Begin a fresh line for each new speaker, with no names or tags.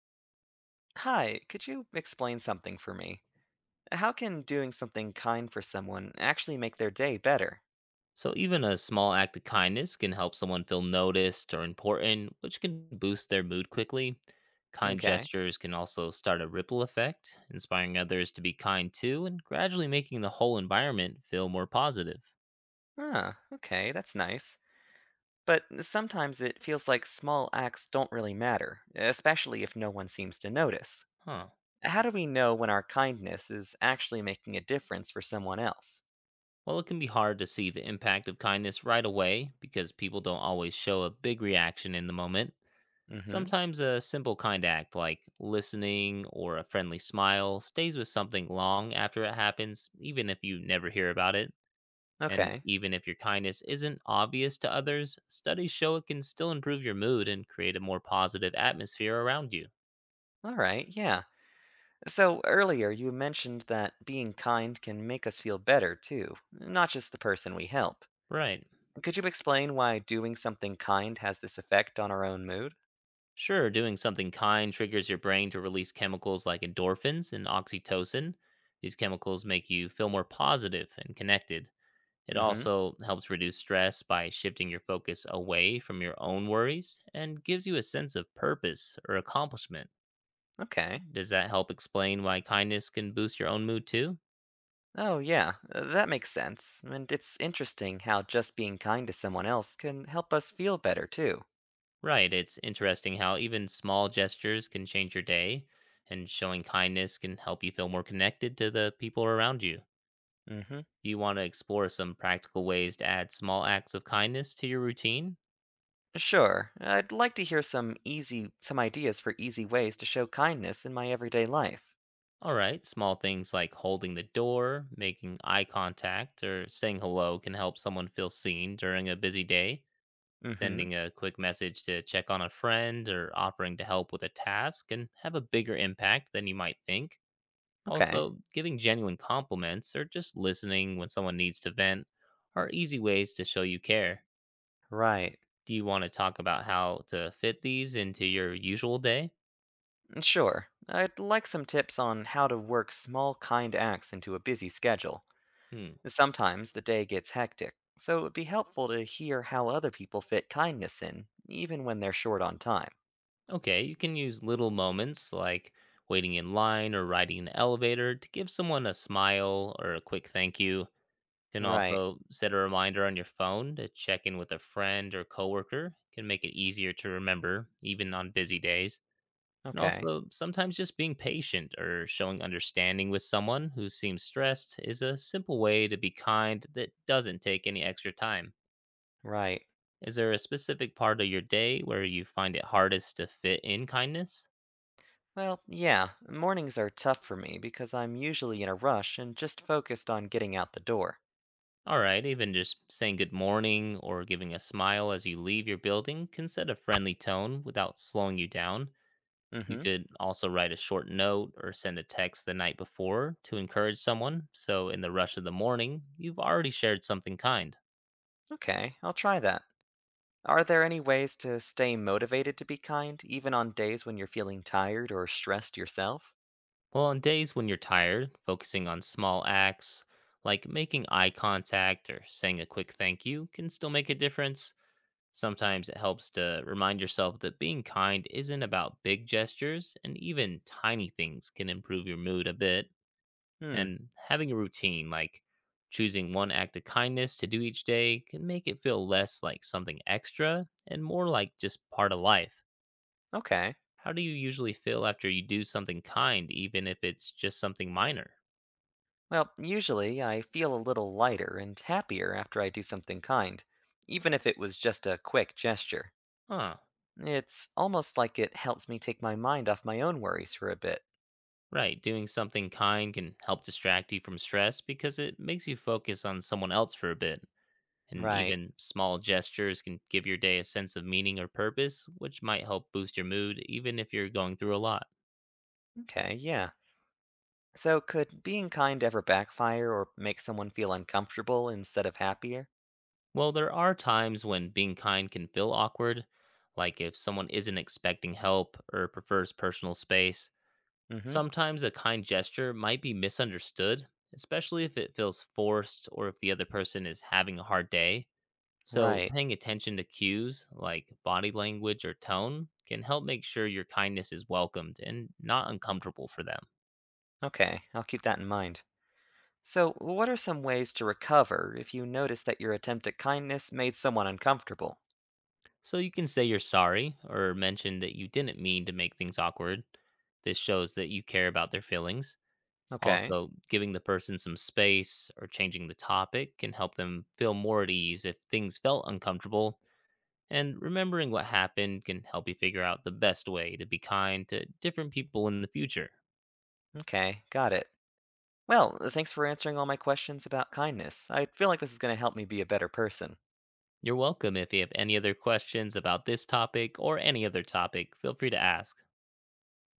Hi, could you explain something for me? How can doing something kind for someone actually make their day better?
So, even a small act of kindness can help someone feel noticed or important, which can boost their mood quickly. Kind
Okay.
gestures can also start a ripple effect, inspiring others to be kind too, and gradually making the whole environment feel more positive.
Ah, okay, that's nice. But sometimes it feels like small acts don't really matter, especially if no one seems to notice.
Huh.
How do we know when our kindness is actually making a difference for someone else?
Well, it can be hard to see the impact of kindness right away because people don't always show a big reaction in the moment.
Mm hmm.
Sometimes a simple kind act like listening or a friendly smile stays with something long after it happens, even if you never hear about it. And
Okay.
even if your kindness isn't obvious to others, studies show it can still improve your mood and create a more positive atmosphere around you.
All right, yeah. So earlier you mentioned that being kind can make us feel better, too, not just the person we help.
Right.
Could you explain why doing something kind has this effect on our own mood?
Sure, doing something kind triggers your brain to release chemicals like endorphins and oxytocin. These chemicals make you feel more positive and connected. It
Mm-hmm.
also helps reduce stress by shifting your focus away from your own worries and gives you a sense of purpose or accomplishment.
Okay.
Does that help explain why kindness can boost your own mood too?
Oh, yeah, that makes sense. And it's interesting how just being kind to someone else can help us feel better, too.
Right. It's interesting how even small gestures can change your day, and showing kindness can help you feel more connected to the people around you.
Mm-hmm.
Do you want to explore some practical ways to add small acts of kindness to your routine?
Sure. I'd like to hear some ideas for easy ways to show kindness in my everyday life.
All right, small things like holding the door, making eye contact, or saying hello can help someone feel seen during a busy day.
Mm-hmm.
Sending a quick message to check on a friend or offering to help with a task can have a bigger impact than you might think.
Okay.
Also, giving genuine compliments or just listening when someone needs to vent are easy ways to show you care.
Right.
Do you want to talk about how to fit these into your usual day?
Sure. I'd like some tips on how to work small, kind acts into a busy schedule.
Hmm.
Sometimes the day gets hectic, so it would be helpful to hear how other people fit kindness in, even when they're short on time.
Okay, you can use little moments like waiting in line or riding an elevator to give someone a smile or a quick thank you. Can
Right.
also set a reminder on your phone to check in with a friend or coworker. Can make it easier to remember, even on busy days. And
Okay.
also, sometimes just being patient or showing understanding with someone who seems stressed is a simple way to be kind that doesn't take any extra time.
Right.
Is there a specific part of your day where you find it hardest to fit in kindness?
Well, yeah, mornings are tough for me because I'm usually in a rush and just focused on getting out the door.
All right, even just saying good morning or giving a smile as you leave your building can set a friendly tone without slowing you down.
Mm
You
hmm.
could also write a short note or send a text the night before to encourage someone. So, in the rush of the morning, you've already shared something kind.
Okay, I'll try that. Are there any ways to stay motivated to be kind, even on days when you're feeling tired or stressed yourself?
Well, on days when you're tired, focusing on small acts like making eye contact or saying a quick thank you can still make a difference. Sometimes it helps to remind yourself that being kind isn't about big gestures, and even tiny things can improve your mood a bit.
Hmm,
And having a routine like choosing one act of kindness to do each day can make it feel less like something extra and more like just part of life.
okay.
How do you usually feel after you do something kind, even if it's just something minor?
Well, usually I feel a little lighter and happier after I do something kind, even if it was just a quick gesture.
Huh,
It's almost like it helps me take my mind off my own worries for a bit.
right. Doing something kind can help distract you from stress because it makes you focus on someone else for a bit. And
Right.
even small gestures can give your day a sense of meaning or purpose, which might help boost your mood, even if you're going through a lot.
Okay, yeah. So, could being kind ever backfire or make someone feel uncomfortable instead of happier?
Well, there are times when being kind can feel awkward, like if someone isn't expecting help or prefers personal space.
Mm hmm.
Sometimes a kind gesture might be misunderstood, especially if it feels forced or if the other person is having a hard day. So,
Right.
paying attention to cues like body language or tone can help make sure your kindness is welcomed and not uncomfortable for them.
Okay, I'll keep that in mind. So, what are some ways to recover if you notice that your attempt at kindness made someone uncomfortable?
So, you can say you're sorry or mention that you didn't mean to make things awkward. This shows that you care about their feelings.
Okay.
Also, giving the person some space or changing the topic can help them feel more at ease if things felt uncomfortable. And remembering what happened can help you figure out the best way to be kind to different people in the future.
Okay, got it. Well, thanks for answering all my questions about kindness. I feel like this is going to help me be a better person.
You're welcome. If you have any other questions about this topic or any other topic, feel free to ask.